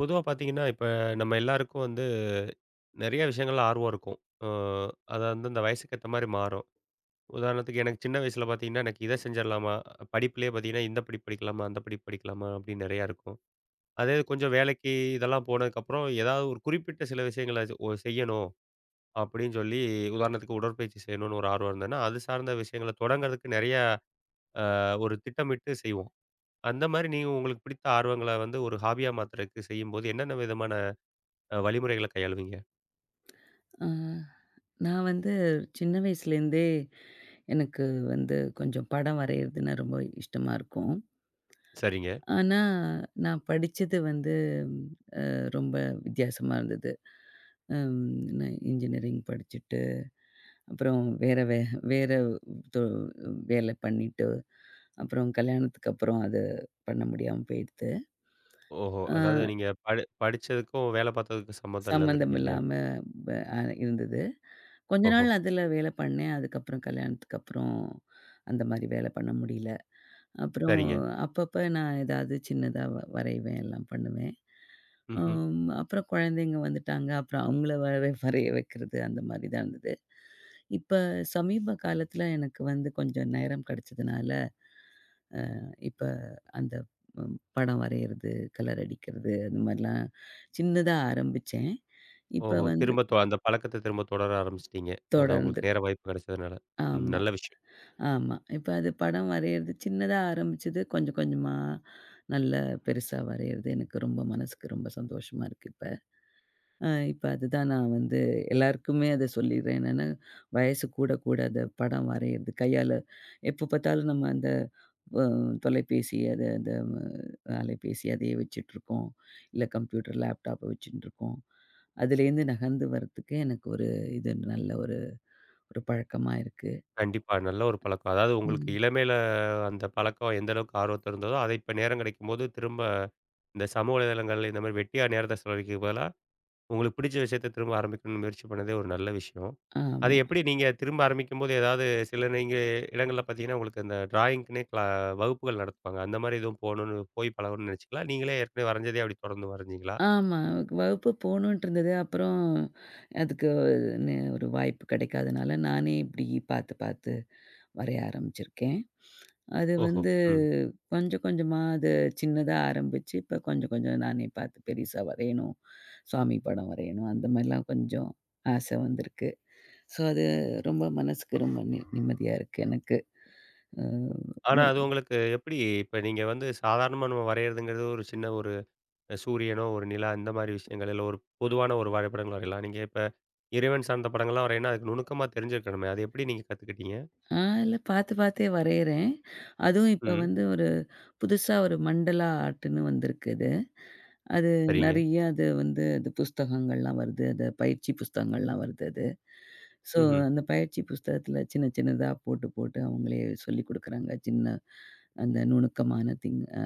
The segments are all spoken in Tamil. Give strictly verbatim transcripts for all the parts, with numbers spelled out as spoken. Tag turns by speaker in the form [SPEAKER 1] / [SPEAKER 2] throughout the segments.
[SPEAKER 1] பொதுவா பார்த்தீங்கன்னா, இப்ப நம்ம எல்லாருக்கும் வந்து நெறைய விஷயங்கள்ல ஆர்வம் இருக்கும். அ அது அந்தந்த வயசுக்கு ஏத்த மாரி மாறும். உதாரணத்துக்கு எனக்கு சின்ன வயசுல பார்த்தீங்கன்னா, எனக்கு இத செஞ்சிடலாமா? படிப்பிலேயே பார்த்தீங்கன்னா, இந்த படிப்பு படிக்கலாமா? அந்த படிப்பு படிக்கலாமா? அப்படின்னு நெறையா இருக்கும். அதே இது கொஞ்சம் வேலைக்கு இதெல்லாம் போனதுக்கப்புறம், ஏதாவது ஒரு குறிப்பிட்ட சில விஷயங்கள ஒ செய்யணும் அப்படின்னு சொல்லி, உதாரணத்துக்கு உடற்பயிற்சி செய்யணும்னு ஒரு ஆர்வம் இருந்ததுன்னா, அது சார்ந்த விஷயங்கள தொடங்குறதுக்கு நெறையா அ ஒரு திட்டமிட்டு செய்வோம். அந்த மாரி நீங்க உங்களுக்கு பிடித்த ஆர்வங்கள வந்து ஒரு ஹாபியா மாத்துறதுக்கு செய்யும்போது, என்னென்ன விதமான அ வழிமுறைகள கையாளுவீங்க.
[SPEAKER 2] ஆ, நான் வந்து சின்ன வயசுலேருந்தே எனக்கு வந்து கொஞ்சம் படம் வரையிறதுன்னா ரொம்ப இஷ்டமா இருக்கும்.
[SPEAKER 1] சரிங்க.
[SPEAKER 2] ஆனா, நான் படிச்சது வந்து அஹ், ரொம்ப வித்தியாசமா இருந்தது. அம் நான் இன்ஜினியரிங் படிச்சுட்டு, அப்புறம் வேற வே வேற தொ வேலை பண்ணிட்டு, அப்புறம் கல்யாணத்துக்கு அப்புறம் அது பண்ண முடியாம போயிடுத்து.
[SPEAKER 1] ஓஹோ!
[SPEAKER 2] ஆ
[SPEAKER 1] அதாவது நீங்க படி படிச்சதுக்கும், வேல பார்த்ததுக்கும் சம்மந்தம் இல்லங்கிறீங்க
[SPEAKER 2] சம்மந்தம்
[SPEAKER 1] இல்லையா?
[SPEAKER 2] இல்லாம ப அ இருந்தது. கொஞ்ச
[SPEAKER 1] ஓஹோ!
[SPEAKER 2] நாள் அதுல வேலை பண்ணேன். அதுக்கப்புறம் கல்யாணத்துக்கு அப்புறம் அந்த மாரி வேலை பண்ண முடியல. அப்புறம்
[SPEAKER 1] சரிங்க.
[SPEAKER 2] அப்பப்ப நான் ஏதாவது சின்னதா வ வரைவேன், எல்லாம் பண்ணுவேன்.
[SPEAKER 1] ம்ஹ்ம்.
[SPEAKER 2] அம் அப்புறம் குழந்தைங்க வந்துட்டாங்க. அப்புறம் அவங்கள வரை வரைய வைக்கிறது அந்த மாதிரி தான் இருந்தது. இப்ப சமீப காலத்துல எனக்கு வந்து கொஞ்சம் நேரம் கிடைச்சதுனால, இப்ப அந்த ம் படம் வரையறது, கலர் அடிக்கிறது, அந்த மாதிரிலாம் சின்னதா ஆரம்பிச்சேன். இப்ப
[SPEAKER 1] ஓஹோ!
[SPEAKER 2] வந்து
[SPEAKER 1] திரும்ப தொ அந்த பழக்கத்த திரும்ப தொடர ஆரம்பிச்சுட்டீங்க. அதான்
[SPEAKER 2] தொடர்ந்து
[SPEAKER 1] உங்களுக்கு நேர வாய்ப்பு கிடைச்சதுனால. ம்.
[SPEAKER 2] ஆமா.
[SPEAKER 1] நல்ல விஷயம்.
[SPEAKER 2] ஆமா, இப்ப அது படம் வரையறது சின்னதா ஆரம்பிச்சது, கொஞ்சம் கொஞ்சமா நல்ல பெருசா வரையறது எனக்கு ரொம்ப மனசுக்கு ரொம்ப சந்தோஷமா இருக்கு இப்ப. அ இப்ப அதுதான் நான் வந்து எல்லாருக்குமே அத சொல்லிடுறேன். என்னன்னா, வயசு கூட கூட அந்த படம் வரையறது கையால எப்ப பார்த்தாலும் நம்ம அந்த அ தொலைபேசி அத அந்த அஹ், அலைபேசி அதையே வச்சுட்டுருக்கோம். இல்ல கம்ப்யூட்டர், லேப்டாப்ப வச்சுட்டுருக்கோம். அதுலேருந்து நகர்ந்து வர்றதுக்கு எனக்கு ஒரு இது நல்ல ஒரு ஒரு பழக்கமா இருக்கு.
[SPEAKER 1] கண்டிப்பா. நல்ல ஒரு பழக்கம். அதாவது உங்களுக்கு
[SPEAKER 2] ம்.
[SPEAKER 1] இளமையில அந்த பழக்கம் எந்த அளவுக்கு ஆர்வத்த இருந்ததோ, அத இப்ப நேரம் கிடைக்கும்போது திரும்ப இந்த சமூக வலைதளங்கள் இந்த மாரி வெட்டியா நேரத்த செலவழிக்கிறதுக்கு பதிலா உங்களுக்கு பிடிச்ச விஷயத்த திரும்ப ஆரம்பிக்கணும்னு முயற்சி பண்ணதே ஒரு நல்ல விஷயம். அது
[SPEAKER 2] ஆமா.
[SPEAKER 1] எப்படி நீங்க திரும்ப ஆரம்பிக்கும்போது ஏதாவது சில நீங்க இடங்கள்ல பார்த்தீங்கன்னா, உங்களுக்கு அந்த டிராயிங்க்குன்னே க்ளா வகுப்புகள் நடத்துவாங்க. அந்த மாரி எதுவும் போணும்னு போய் பழகணும்னு நினைச்சீங்களா? நீங்களே ஏற்கனவே வரைஞ்சதே அப்படி தொடர்ந்து வரைஞ்சீங்களா?
[SPEAKER 2] ஆமா. வகுப்பு போணுன்ட்டு இருந்தது. அப்புறம் அதுக்கு ந ஒரு வாய்ப்பு கிடைக்காதனால, நானே இப்படி பார்த்து, பார்த்து வரைய ஆரம்பிச்சிருக்கேன். அது
[SPEAKER 1] ஓஹோ!
[SPEAKER 2] வந்து
[SPEAKER 1] ம்.
[SPEAKER 2] கொஞ்சம் கொஞ்சமா அது சின்னதா ஆரம்பிச்சு, இப்ப கொஞ்சம் கொஞ்சம் நானே பார்த்து பெருசா வரையணும். சாமி படம் வரையணும். அந்த மாரிலாம் கொஞ்சம் ஆசை வந்திருக்கு. ஸோ அது ரொம்ப மனசுக்கு ரொம்ப நி நிம்மதியா இருக்கு எனக்கு.
[SPEAKER 1] ஆனா அது
[SPEAKER 2] அ
[SPEAKER 1] உங்களுக்கு எப்படி இப்ப நீங்க வந்து சாதாரணமா நம்ம வரையறதுங்கிறது ஒரு சின்ன ஒரு சூரியனோ, ஒரு நிலா இந்த மாரி விஷயங்கள், இல்ல ஒரு பொதுவான ஒரு வரைபடங்கள் வரையலாம். நீங்க இப்ப இறைவன் சார்ந்த படங்கள்லாம் வரையணும்னா, அதுக்கு நுணுக்கமா தெரிஞ்சிருக்கணுமே! அது எப்படி நீங்க கத்துக்கிட்டீங்க?
[SPEAKER 2] ஆ இல்ல பாத்து பாத்தே வரையறேன். அதுவும் இப்ப
[SPEAKER 1] ம்.
[SPEAKER 2] வந்து ஒரு புதுசா ஒரு மண்டலா ஆர்ட்ன்னு வந்திருக்கு இது. அது
[SPEAKER 1] சரிங்க.
[SPEAKER 2] நெறைய அது வந்து அது புஸ்தகங்கள்லாம் வருது. அது பயிற்சி புஸ்தகங்கள்லாம் வருது அது. ஸோ,
[SPEAKER 1] ம்ஹ்ம்.
[SPEAKER 2] அந்த பயிற்சி புஸ்தகத்துல சின்ன சின்னதா போட்டு போட்டு அவங்களே சொல்லிக் குடுக்குறாங்க. சின்ன அந்த நுணுக்கமான திங் அ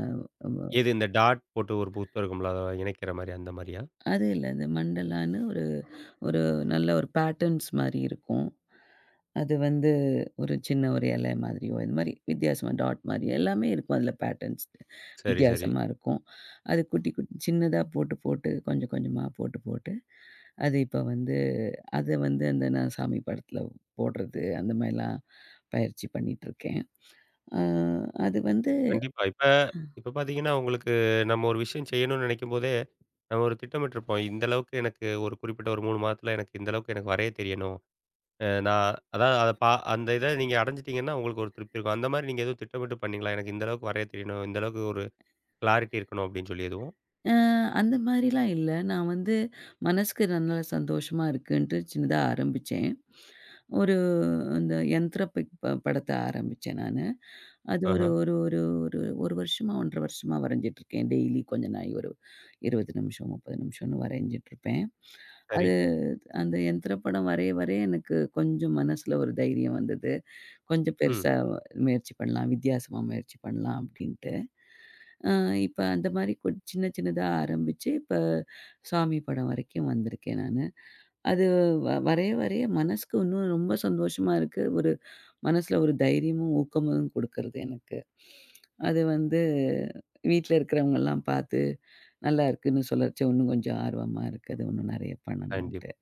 [SPEAKER 1] எது இந்த டாட் போட்டு ஒரு பூத்து இருக்கும்ல, அத இணைக்கிற மாரி அந்த மாரியா?
[SPEAKER 2] அது இல்ல. அது மண்டலான்னு ஒரு ஒரு நல்ல ஒரு பேட்டர்ன்ஸ் மாரி இருக்கும். அது வந்து ஒரு சின்ன ஒரு இலை மாதிரியோ, இது மாரி வித்தியாசமா டாட் மாரி எல்லாமே இருக்கும். அதில பேட்டர்ன்ஸ்
[SPEAKER 1] சரி, சரி.
[SPEAKER 2] வித்தியாசமா இருக்கும். அது குட்டி, குட்டி சின்னதா போட்டு, போட்டு கொஞ்சம் கொஞ்சமா போட்டு, போட்டு அது இப்போ வந்து அத வந்து அந்த நான் சாமி படத்தில போடுறது அந்த மாரிலாம் பயிற்சி பண்ணிட்டுருக்கேன். அ அது வந்து
[SPEAKER 1] கண்டிப்பா. இப்ப இப்ப பார்த்தீங்கன்னா, உங்களுக்கு நம்ம ஒரு விஷயம் செய்யணும்னு நினைக்கும்போதே, நம்ம ஒரு திட்டமிட்டிருப்போம். இந்த அளவுக்கு எனக்கு ஒரு குறிப்பிட்ட ஒரு மூணு மாதத்தில எனக்கு இந்த அளவுக்கு எனக்கு வரைய தெரியணும். அ நான் அதாவது அத பா அந்த இத நீங்க அடைஞ்சிட்டீங்கன்னா, உங்களுக்கு ஒரு திருப்தி இருக்கும். அந்த மாரி நீங்க எதுவும் திட்டமிட்டு பண்ணீங்களா? எனக்கு இந்த அளவுக்கு வரைய தெரியணும். இந்த அளவுக்கு ஒரு கிளாரிட்டி இருக்கணும் அப்படின்னு சொல்லி எதுவும்?
[SPEAKER 2] அ அந்த மாதிரிலாம் இல்ல. நான் வந்து மனசுக்கு நல்ல சந்தோஷமா இருக்குன்ட்டு சின்னதா ஆரம்பிச்சேன். ஒரு அந்த யந்த்ர பிக் ப படத்த ஆரம்பிச்சேன் நானு. அது ஒரு
[SPEAKER 1] ஆஹ.
[SPEAKER 2] ஒரு ஒரு ஒரு 1 வருஷமா ஒரு அரை வருஷமா வரைஞ்சிட்டுருக்கேன். டெய்லி கொஞ்ச நாழி ஒரு இருபது நிமிஷம், முப்பது நிமிஷம்னு வரைஞ்சிட்டுருப்பேன்.
[SPEAKER 1] சரி.
[SPEAKER 2] அது அந்த யந்த்ர படம் வரைய வரைய எனக்கு கொஞ்சம் மனசுல ஒரு தைரியம் வந்தது. கொஞ்சம்
[SPEAKER 1] ம்.
[SPEAKER 2] பெருசா முயற்சி பண்ணலாம். வித்தியாசமா முயற்சி பண்ணலாம் அப்படின்ட்டு. அ இப்ப அந்த மாரி கொஞ் சின்ன சின்னதா ஆரம்பிச்சு, இப்ப சாமி படம் வரைக்கும் வந்திருக்கேன் நானு. அது வ வரைய வரைய மனசுக்கு இன்னும் ரொம்ப சந்தோஷமா இருக்கு. ஒரு மனசுல ஒரு தைரியமும், ஊக்கமும் குடுக்குறது எனக்கு. அது வந்து வீட்ல இருக்கிறவங்கலாம் பார்த்து, "நல்லா இருக்குன்னு" சொல்லச்ச இன்னும் கொஞ்சம் ஆர்வமா இருக்கு. அது இன்னும் நெறைய பண்ணணும்ன்ட்டு.
[SPEAKER 1] கண்டிப்பா.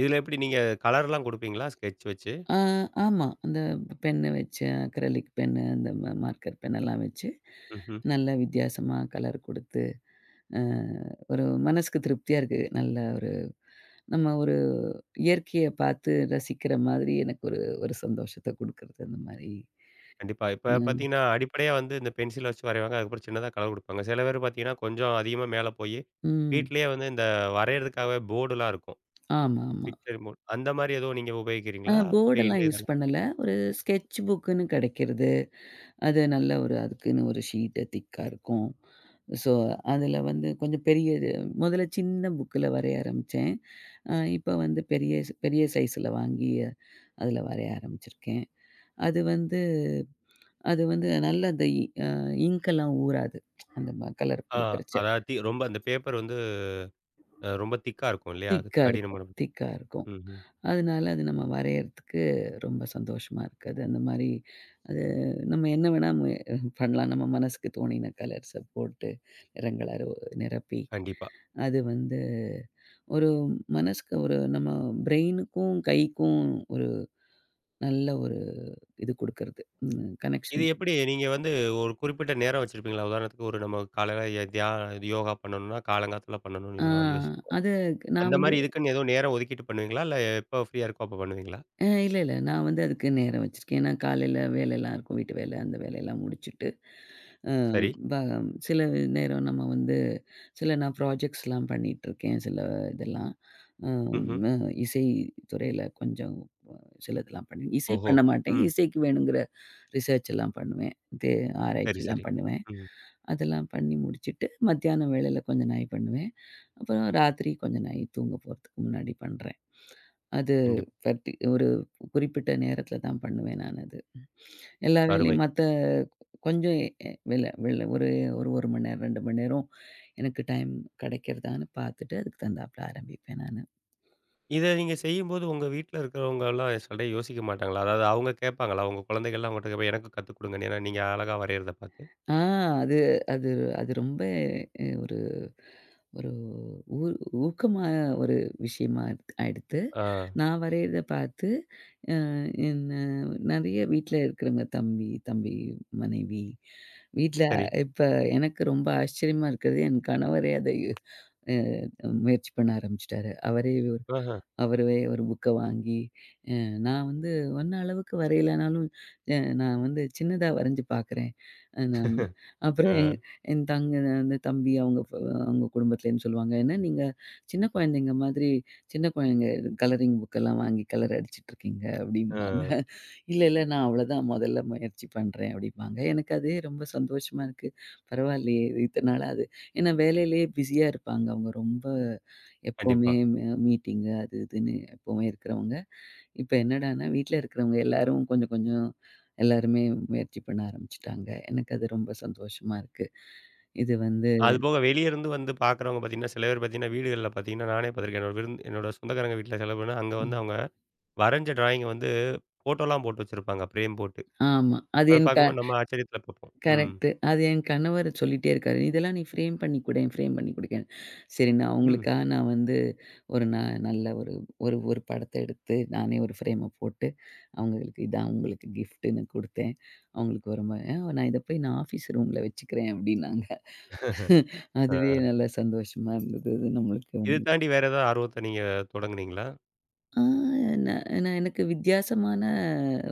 [SPEAKER 1] இதில எப்படி நீங்க கலர்லாம் குடுப்பீங்களா? ஸ்கெட்ச் வச்சு?
[SPEAKER 2] ஆ ஆமா. அந்த பென்னு வச்சு அக்ரலிக் பென்னு, அந்த ம மார்க்கர் பென்னெல்லாம் வச்சு,
[SPEAKER 1] ம்ஹ்ம்.
[SPEAKER 2] நல்ல வித்தியாசமா கலர் குடுத்து, அ ஒரு மனசுக்கு திருப்தியா இருக்கு. நல்ல ஒரு நம்ம ஒரு இயற்கைய பார்த்து ரசிக்கிற மாதிரி எனக்கு ஒரு ஒரு சந்தோஷத்த குடுக்குறது அந்த மாரி.
[SPEAKER 1] கண்டிப்பா. இப்ப
[SPEAKER 2] ம்.
[SPEAKER 1] பார்த்தீங்கன்னா, அடிப்படையா வந்து இந்த பென்சில வச்சு வரைவாங்க. அதுக்கப்புறம் சின்னதா கலர் குடுப்பாங்க. சில பேர் பார்த்தீங்கன்னா, கொஞ்சம் அதிகமா மேல போயி,
[SPEAKER 2] ம்.
[SPEAKER 1] வீட்லயே வந்து இந்த வரையறதுக்காகவே போர்டுலாம் இருக்கும்.
[SPEAKER 2] ஆமாமா.
[SPEAKER 1] Picture board. அந்த மாரி எதுவும் நீங்க
[SPEAKER 2] அ
[SPEAKER 1] உபயோகிக்கிறீங்களா? பெயிண்ட்
[SPEAKER 2] போர்டெல்லாம் யூஸ்
[SPEAKER 1] இதெல்லாம்.
[SPEAKER 2] பண்ணல. ஒரு ஸ்கெட்ச் புக்குன்னு கெடைக்கிறது. அது நல்ல ஒரு அதுக்குன்னு ஒரு ஷீட்டு திக்கா இருக்கும். ஸோ, அதில வந்து கொஞ்சம் பெரிய இது முதல்ல சின்ன புக்குல வரைய ஆரம்பிச்சேன். அ இப்ப வந்து பெரிய பெரிய சைஸ்ல வாங்கி அதில வரைய ஆரம்பிச்சிருக்கேன். அது வந்து அது வந்து நல்லா அந்த இ அ இங்க் எல்லாம் ஊறாது. அந்த ம கலர்
[SPEAKER 1] ஆ
[SPEAKER 2] குடுக்கறச்ச.
[SPEAKER 1] அதாவது தி ரொம்ப அந்த பேப்பர் வந்து அ ரொம்ப திக்கா இருக்கும் இல்லையா? அது
[SPEAKER 2] திக்கா இருக்கும்
[SPEAKER 1] கடினமான
[SPEAKER 2] திக்கா இருக்கும்.
[SPEAKER 1] ம்ஹ்ம்.
[SPEAKER 2] அதனால அது நம்ம வரையறதுக்கு ரொம்ப சந்தோஷமா இருக்கு. அது அந்த மாரி அது நம்ம என்ன வேணா மு பண்ணலாம். நம்ம மனசுக்கு தோணின கலர்ஸ போட்டு நிறங்கள நிரப்பி,
[SPEAKER 1] கண்டிப்பா.
[SPEAKER 2] அது வந்து ஒரு மனசுக்கு ஒரு நம்ம பிரெயினுக்கும், கைக்கும் ஒரு நல்ல ஒரு இது குடுக்கறது. ம்
[SPEAKER 1] இது
[SPEAKER 2] கனெக்ஷன் குடுக்
[SPEAKER 1] எப்படி நீங்க வந்து ஒரு குறிப்பிட்ட நேரம் வச்சிருப்பீங்களா? உதாரணத்துக்கு ஒரு நம்ம காலையில எ தியா யோகா பண்ணணும்னா, காலங்காத்தால பண்ணணும்னு
[SPEAKER 2] ஆ
[SPEAKER 1] யோ யோசிப்போம்.
[SPEAKER 2] அது நான்
[SPEAKER 1] அந்த
[SPEAKER 2] வந்து
[SPEAKER 1] மாரி இதுக்குன்னு எதுவும் நேரம் ஒதுக்கிட்டு பண்ணுவீங்களா? இல்ல எப்ப ஃப்ரீயா இருக்கோ அப்ப பண்ணுவீங்களா?
[SPEAKER 2] அ இல்ல, இல்ல. நான் வந்து அதுக்கு நேரம் வச்சிருக்கேன். ஏன்னா காலையில வேலைலாம் இருக்கும். வீட்டு வேலை, அந்த வேலையெல்லாம் முடிச்சுட்டு அ
[SPEAKER 1] சரி.
[SPEAKER 2] ப சில நேரம் நம்ம வந்து சில நான் ப்ராஜெக்ட்ஸ்லாம் பண்ணிட்டுருக்கேன். சில இதெல்லாம். அ
[SPEAKER 1] ம்ஹ்ம்.
[SPEAKER 2] ம இசை துறையில கொஞ்சம் சிலதெல்லாம் பண்ணி இசை
[SPEAKER 1] ஓஹோ!
[SPEAKER 2] பண்ண மாட்டேன்.
[SPEAKER 1] ம்.
[SPEAKER 2] இசைக்கு வேணுங்கிற ரிசர்ச் எல்லாம் பண்ணுவேன். இது
[SPEAKER 1] சரி,
[SPEAKER 2] ஆராய்ச்சிலாம்
[SPEAKER 1] சரி.
[SPEAKER 2] பண்ணுவேன்.
[SPEAKER 1] ம்.
[SPEAKER 2] அதெல்லாம் பண்ணி முடிச்சுட்டு, மத்தியானம் வேளையில கொஞ்ச நாழி பண்ணுவேன். அப்புறம் ராத்திரி கொஞ்ச நாழி தூங்க போறதுக்கு முன்னாடி பண்றேன். அது
[SPEAKER 1] கண்டிப்
[SPEAKER 2] பர்டி ஒரு குறிப்பிட்ட நேரத்தில தான் பண்ணுவேன் நான் அது. எல்லா
[SPEAKER 1] அருமை.
[SPEAKER 2] வேலையும் மத்த கொஞ்சம் எ வெளில வெளில ஒரு ஒரு 1 மணி நேரம், ரெண்டு மணி நேரம் எனக்கு டைம் கிடைக்கிறதான்னு பார்த்துட்டு, அதுக்கு தகுந்தாப்புல ஆரம்பிப்பேன் நானு.
[SPEAKER 1] இத நீங்க செய்யும்போது உங்க வீட்ல இருக்கிறவங்கலாம் சடே யோசிக்க மாட்டாங்களா? அதாவது அவங்க கேட்பாங்களா? உங்க குழந்தைகள்லாம் உங்கட்ட போய் எனக்கும் கத்துக் குடுங்கன்னு. ஏன்னா, நீங்க அழகா வரையறத பார்த்து.
[SPEAKER 2] ஆ அது அது அது ரொம்ப அ ஒரு ஒரு ஊ ஊக்கமா ஒரு விஷயமா எடுத்து, எடுத்து,
[SPEAKER 1] ஆ.
[SPEAKER 2] நான் வரையிறத பார்த்து என்ன நெறைய வீட்ல இருக்கிறவங்க தம்பி, தம்பி மனைவி, வீட்ல
[SPEAKER 1] சரி.
[SPEAKER 2] இப்ப எனக்கு ரொம்ப ஆச்சரியமா இருக்கிறது என் கணவரே அதை அ முயற்சி பண்ண ஆரம்பிச்சுட்டாரு. அவரே
[SPEAKER 1] ஆஹ.
[SPEAKER 2] அவரவே ஒரு புக்க வாங்கி நான் வந்து ஒன்ன அளவுக்கு வரையலனாலும், அ நான் வந்து சின்னதா வரைஞ்சு பார்க்குறேன். அ நம் அப்புறம் என்
[SPEAKER 1] அ,
[SPEAKER 2] என் தங்க அந்த தம்பி அவங்க ஃப அவங்க குடும்பத்துலேருந்து சொல்லுவாங்க, "என்ன நீங்க சின்ன குழந்தைங்க மாதிரி சின்ன குழந்தைங்க கலரிங் புக்கெல்லாம் வாங்கி கலர் அடிச்சுட்டுருக்கீங்க"
[SPEAKER 1] ஆ.
[SPEAKER 2] அப்படிம்பாங்க. "இல்ல, இல்ல நான் அவ்வளோதான் முதல்ல முயற்சி பண்றேன்" அப்படிம்பாங்க. எனக்கு அதே ரொம்ப சந்தோஷமா இருக்கு. பரவாயில்லையே! இது இத்தன நாளா அது ஏன்னா வேலையிலேயே பிஸியா இருப்பாங்க அவங்க ரொம்ப எப்பவுமே
[SPEAKER 1] கண்டிப்பா.
[SPEAKER 2] ம மீட்டிங்கு அது இதுன்னு எப்பவுமே இருக்கிறவங்க. இப்ப என்னடான்னா, வீட்ல இருக்கிறவங்க எல்லாரும் கொஞ்சம், கொஞ்சம் எல்லாருமே முயற்சி பண்ண ஆரம்பிச்சுட்டாங்க. எனக்கு அது ரொம்ப சந்தோஷமா இருக்கு. இது வந்து
[SPEAKER 1] அதுபோக வெளிய இருந்து வந்து பார்க்குறவங்க பார்த்தீங்கன்னா, சில பேர் பார்த்தீங்கன்னா, வீடுகள்ல பார்த்தீங்கன்னா, நானே பார்த்துருக்கேன். என்னோட விருந் என்னோட சொந்தக்காரங்க வீட்ல செல பேர்னா, அங்க வந்து
[SPEAKER 2] ம்.
[SPEAKER 1] அவங்க வரைஞ்ச டிராயிங்க வந்து ஃபோட்டோலாம் போட்டு வச்சிருப்பாங்க, ஃப்ரேம் போட்டு.
[SPEAKER 2] ஆமா. அது
[SPEAKER 1] அத
[SPEAKER 2] என் க
[SPEAKER 1] பார்க்கும்போது நம்ம ஆச்சரியத்துல பார்ப்போம். ம்.
[SPEAKER 2] கரெக்ட்டு. அது என் கணவர் சொல்லிட்டே இருக்காரு. "இதெல்லாம் நீ ஃப்ரேம் பண்ணி குடேன், ஃப்ரேம் பண்ணி குடுக்கேன்." சரி நான்
[SPEAKER 1] ம்.
[SPEAKER 2] அவங்களுக்காக நான் வந்து ஒரு ந நல்ல ஒரு ஒரு ஒரு படத்த எடுத்து, நானே ஒரு ஃப்ரேம போட்டு, அவங்களுக்கு இதான் உங்களுக்கு கிஃப்ட்டுன்னு குடுத்தேன். அவங்களுக்கு ரொம்ப "அ நான் இத போய் நான் ஆஃபீஸ் ரூம்ல வச்சுக்கிறேன்" அப்படின்னாங்க.
[SPEAKER 1] ஆ.
[SPEAKER 2] அதுவே நல்லா சந்தோஷமா இருந்தது. அது நம்மளுக்கு
[SPEAKER 1] இத தாண்டி வேற ஏதாவது ஆர்வத்த நீங்க தொடங்குனீங்களா?
[SPEAKER 2] ஆ நான் நான் எனக்கு வித்தியாசமான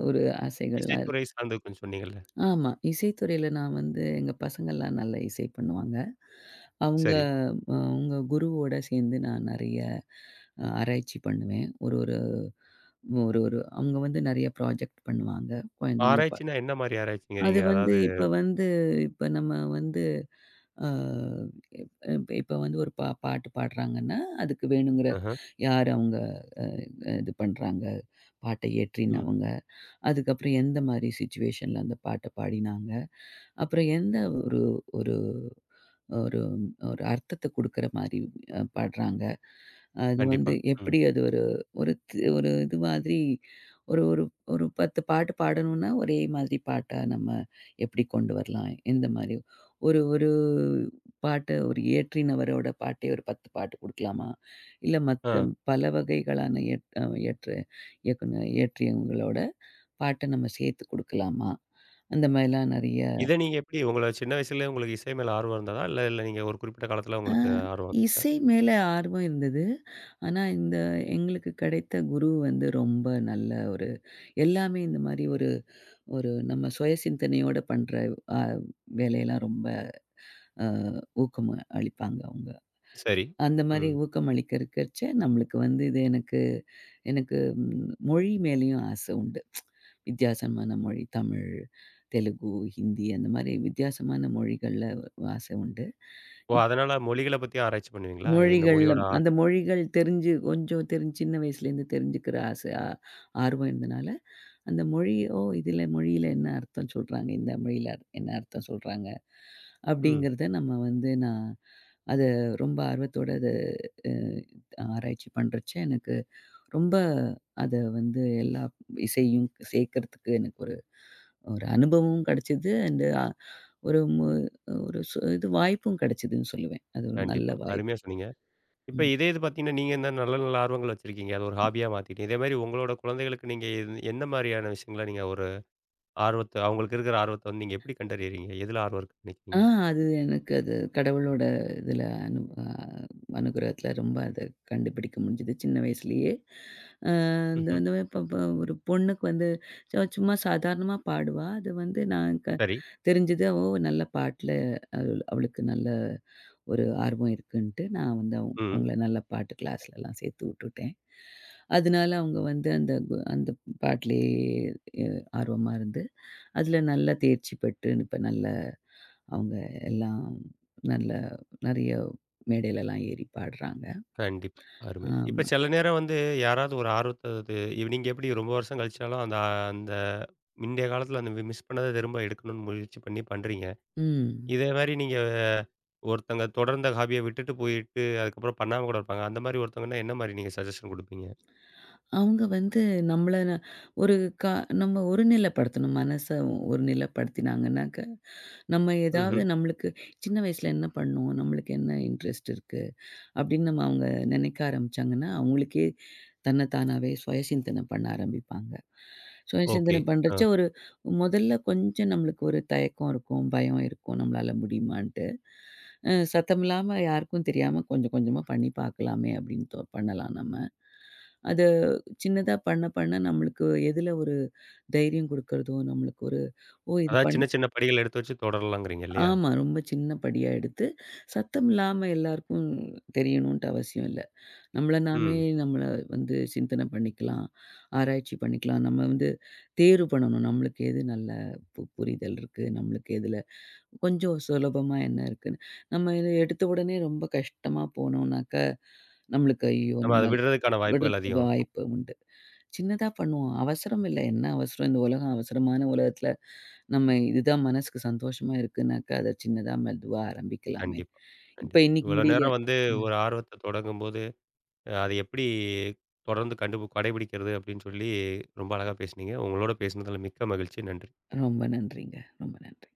[SPEAKER 2] ஒரு ஆசைகள்லாம் இருக்கு.
[SPEAKER 1] இசைத்துறை சார்ந்து கொஞ்சம் சொன்னீங்கல்ல.
[SPEAKER 2] ஆமா. இசைத்துறையில நான் வந்து எங்க பசங்கள்லாம் நல்லா இசை பண்ணுவாங்க. அவங்க
[SPEAKER 1] சரி.
[SPEAKER 2] அ அவங்க குருவோட சேர்ந்து நான் நெறைய அ ஆராய்ச்சி பண்ணுவேன். ஒரு ஒரு ஒரு ஒரு அவங்க வந்து நெறைய ப்ராஜெக்ட் பண்ணுவாங்க. குழந்தைங்க
[SPEAKER 1] ஆராய்ச்சின்னா என்ன மாரி
[SPEAKER 2] அது
[SPEAKER 1] ஆராய்ச்சிங்கிறீங்க?
[SPEAKER 2] வந்து
[SPEAKER 1] அதாவது
[SPEAKER 2] இப்ப வந்து இப்ப நம்ம வந்து அ இப் இப்ப வந்து ஒரு பா பாட்டு பாடுறாங்கன்னா, அதுக்கு வேணுங்கிற
[SPEAKER 1] ஆஹ.
[SPEAKER 2] யார் அவங்க அ இது பண்றாங்க, பாட்ட
[SPEAKER 1] ம்.
[SPEAKER 2] இயற்றினவங்க, அதுக்கப்புறம் எந்த மாரி சிச்சுவேஷன்ல அந்த பாட்ட பாடினாங்க, அப்புறம் எந்த ஒரு ஒரு ஒரு ஒரு அர்த்தத்த குடுக்குற மாரி அ பாடுறாங்க. அது ம்.
[SPEAKER 1] கண்டிப்பா.
[SPEAKER 2] வந்து
[SPEAKER 1] ம்.
[SPEAKER 2] எப்படி அது ஒரு ஒரு த் ஒரு இது மாதிரி ஒரு ஒரு ஒரு பத்து பாட்டு பாடணும்னா, ஒரே மாதிரி பாட்டா நம்ம எப்படி கொண்டு வரலாம்? எந்த மாரி? ஒரு ஒரு பாட்ட ஒரு இயற்றினவரோட பாட்டே ஒரு பத்து பாட்டு குடுக்கலாமா? இல்ல மத்த
[SPEAKER 1] ஆ.
[SPEAKER 2] பல வகைகளான இயற் அ இயற்று இயக்குன இயற்றியவங்களோட பாட்ட நம்ம சேர்த்து குடுக்கலாமா? அந்த மாரிலாம் நெறைய
[SPEAKER 1] இத நீங்க எப்படி உங்கள சின்ன வயசுலயே உங்களுக்கு இசை மேல ஆர்வம் இருந்ததா? இல்ல இல்ல நீங்க ஒரு குறிப்பிட்ட காலத்துல
[SPEAKER 2] அ
[SPEAKER 1] உங்களுக்கு ஆர்வம் வந்துச்சா?
[SPEAKER 2] இசை மேல ஆர்வம் இருந்தது. ஆனா, இந்த எங்களுக்கு கிடைத்த குரு வந்து ரொம்ப நல்ல ஒரு எல்லாமே இந்த மாரி ஒரு ஒரு நம்ம சுய சிந்தனையோட பண்ற அ வேலையெல்லாம் ரொம்ப அ ஊக்கம் அளிப்பாங்க அவங்க.
[SPEAKER 1] சரி.
[SPEAKER 2] அந்த மாரி
[SPEAKER 1] ம்.
[SPEAKER 2] ஊக்கம் அளிக்கிறக்கச்ச நம்மளுக்கு வந்து இது எனக்கு எனக்கு ம் மொழி மேலேயும் ஆசை உண்டு. வித்தியாசமான மொழி தமிழ், தெலுங்கு, ஹிந்தி அந்த மாரி வித்தியாசமான மொழிகள்ல ஆசை உண்டு.
[SPEAKER 1] ஓ! அதனால மொழிகள பத்தி ஆராய்ச்சி பண்ணுவீங்களா? அது எந்த
[SPEAKER 2] மொழிகள்ல
[SPEAKER 1] மொழியோட ஆர்
[SPEAKER 2] அந்த மொழிகள் தெரிஞ்சு கொஞ்சம் தெரிஞ்சு சின்ன வயசுலேருந்து தெரிஞ்சுக்கிற ஆசை ஆ ஆர்வம் இருந்தனால, அந்த மொழி ஓ! இதில மொழியில என்ன அர்த்தம் சொல்றாங்க? இந்த மொழியில என்ன அர்த்தம் சொல்றாங்க?
[SPEAKER 1] ம்.
[SPEAKER 2] அப்படிங்கிறத நம்ம வந்து நான் அத ரொம்ப ஆர்வத்தோட அத அ ஆராய்ச்சி பண்றச்ச எனக்கு ரொம்ப அத வந்து எல்லா இசையும் சேர்க்கறதுக்கு எனக்கு ஒரு ஒரு அனுபவமும் கிடைச்சது. அண்ட் ஒரு மு ஒரு சு இது வாய்ப்பும் கிடைச்சதுன்னு சொல்லுவேன். அது ஒரு நல்ல
[SPEAKER 1] கண்டிப்பா. அருமையா
[SPEAKER 2] வாய்ப்பு.
[SPEAKER 1] சொன்னீங்க. இப்ப
[SPEAKER 2] ம்.
[SPEAKER 1] இதே இது பார்த்தீங்கன்னா, நீங்க இந்த நல்ல நல்ல ஆர்வங்கள் வச்சிருக்கீங்க. அது ஒரு ஹாபியா மாத்திட்டீங்க. இதே மாரி உங்களோட குழந்தைகளுக்கு நீங்க எந் எந்த மாரியான விஷயங்கள நீங்க ஒரு ஆர்வத்த அவங்களுக்கு இருக்கிற ஆர்வத்த வந்து நீங்க எப்படி கண்டறியறீங்க? எதுல ஆர்வம் இருக்குன்னு
[SPEAKER 2] ஆ
[SPEAKER 1] நினைக்கிறீங்க?
[SPEAKER 2] அது எனக்கு அது கடவுளோட இதுல அனு அ அனுகிரகத்துல ரொம்ப அத கண்டுபிடிக்க முடிஞ்சது சின்ன வயசுலயே. அ இந்த
[SPEAKER 1] ம்ஹ்ம்.
[SPEAKER 2] வந்து இப்ப இப்ப ஒரு பொண்ணுக்கு வந்து சு சும்மா சாதாரணமா பாடுவா. அது வந்து நான் க
[SPEAKER 1] சரி.
[SPEAKER 2] தெரிஞ்சது ஓ! நல்ல பாட்டுல அவ அவளுக்கு நல்ல ஒரு ஆர்வம் இருக்குன்ட்டு நான் வந்து அவங்
[SPEAKER 1] ம்.
[SPEAKER 2] அவங்கள நல்ல பாட்டு கிளாஸ்லலாம் சேர்த்து விட்டுட்டேன். அதனால அவங்க வந்து அந்த கு அந்த பாட்டுலயே அ ஆர்வமா இருந்து, அதுல நல்லா தேர்ச்சி பெற்று இப்ப நல்ல அவங்க எல்லாம் நல்ல நெறைய மேடையிலலாம் ஏறி பாடுறாங்க.
[SPEAKER 1] கண்டிப்பா. அருமை. இப்ப
[SPEAKER 2] ஆமா.
[SPEAKER 1] சில நேரம் வந்து யாராவது ஒரு ஆர்வத்த அது இவ் நீங்க எப்படி ரொம்ப வருஷம் கழிச்சாலும் அந்த அந்த முந்தைய காலத்துல அந்த மிஸ் பண்ணத திரும்ப எடுக்கணும்னு முயற்சி பண்ணி பண்றீங்க.
[SPEAKER 2] ம்.
[SPEAKER 1] இதே மாரி நீங்க ஒருத்தங்க தொடர்ந்த ஹாபிய விட்டுட்டு போயிட்டு அதுக்கப்புறம் பண்ணாம கூட இருப்பாங்க. அந்த மாரி ஒருத்தவங்கன்னா என்ன மாரி நீங்க சஜஷன் குடுப்பீங்க?
[SPEAKER 2] அவங்க வந்து நம்மள ந- ஒரு க நம்ம ஒருநிலைப்படுத்தணும். மனச ஒருநிலைப்படுத்தினாங்கன்னாக்க, நம்ம ஏதாவது
[SPEAKER 1] ம்ஹ்ம்.
[SPEAKER 2] நம்மளுக்கு சின்ன வயசுல என்ன பண்ணோம்? நம்மளுக்கு என்ன இன்ட்ரெஸ்ட் இருக்கு? அப்படின்னு நம்ம அவங்க நினைக்க ஆரம்பிச்சாங்கன்னா, அவங்களுக்கே தன்ன தானாவே சுய சிந்தனை பண்ண ஆரம்பிப்பாங்க. சுய
[SPEAKER 1] ஓகே.
[SPEAKER 2] சிந்தனை
[SPEAKER 1] ஆ.
[SPEAKER 2] பண்றச்ச ஒரு முதல்ல கொஞ்சம் நம்மளுக்கு ஒரு தயக்கம் இருக்கும், பயம் இருக்கும் நம்மளால முடியுமான்ட்டு. அ சத்தமில்லாம யாருக்கும் தெரியாம கொஞ்சம் கொஞ்சமா பண்ணி பார்க்கலாமே அப்படின்னு தோ பண்ணலாம் நம்ம. அது சின்னதா பண்ண பண்ண நம்மளுக்கு எதுல ஒரு தைரியம் குடுக்கறதோ, நம்மளுக்கு ஒரு ஓ! இது
[SPEAKER 1] அதாவது
[SPEAKER 2] பண்
[SPEAKER 1] சின்ன சின்ன படிகள் எடுத்து வச்சு தொடரலாங்கிறீங்க இல்லையா?
[SPEAKER 2] ஆமா. ரொம்ப சின்ன படியா எடுத்து, சத்தம் இல்லாம எல்லாருக்கும் தெரியணுன்ட்டு அவசியம் இல்ல. நம்மள நாமே
[SPEAKER 1] ம்.
[SPEAKER 2] நம்மள வந்து சிந்தன பண்ணிக்கலாம். ஆராய்ச்சி பண்ணிக்கலாம். நம்ம வந்து தேர்வு பண்ணணும். நம்மளுக்கு எது நல்ல பு புரிதல் இருக்கு. நம்மளுக்கு எதுல கொஞ்சம் சுலபமா என்ன இருக்குன்னு. நம்ம இத எடுத்த உடனே ரொம்ப கஷ்டமா போனோம்னாக்க, நம்மளுக்கு ஐயோ!
[SPEAKER 1] நம்ம அத
[SPEAKER 2] நம்ம
[SPEAKER 1] விடுறதுக்கான வாய்ப்புகள்
[SPEAKER 2] விடுறதுக்கு
[SPEAKER 1] அதிகம்.
[SPEAKER 2] வாய்ப்பு உண்டு. சின்னதா பண்ணுவோம். அவசரம் இல்ல. என்ன அவசரம்? இந்த உலகம் அவசரமான உலகத்துல, நம்ம இதுதான் மனசுக்கு சந்தோஷமா இருக்குன்னாக்கா, அத சின்னதா மெதுவா ஆரம்பிக்கலாமே!
[SPEAKER 1] கண்டிப்பா,
[SPEAKER 2] இப்ப
[SPEAKER 1] கண்டிப்பா.
[SPEAKER 2] இன்னைக்கு
[SPEAKER 1] இவ்வளோ
[SPEAKER 2] முடியலையா
[SPEAKER 1] நேரம் வந்து
[SPEAKER 2] ம்.
[SPEAKER 1] ஒரு ஆர்வத்த தொடங்கும்போது, அ அத எப்படி தொடர்ந்து கண்டுபு கடைபிடிக்கிறது அப்படின்னு சொல்லி ரொம்ப அழகா பேசுனீங்க. உங்களோட பேசினதில மிக்க மகிழ்ச்சி. நன்றி.
[SPEAKER 2] ரொம்ப நன்றிங்க. ரொம்ப நன்றி.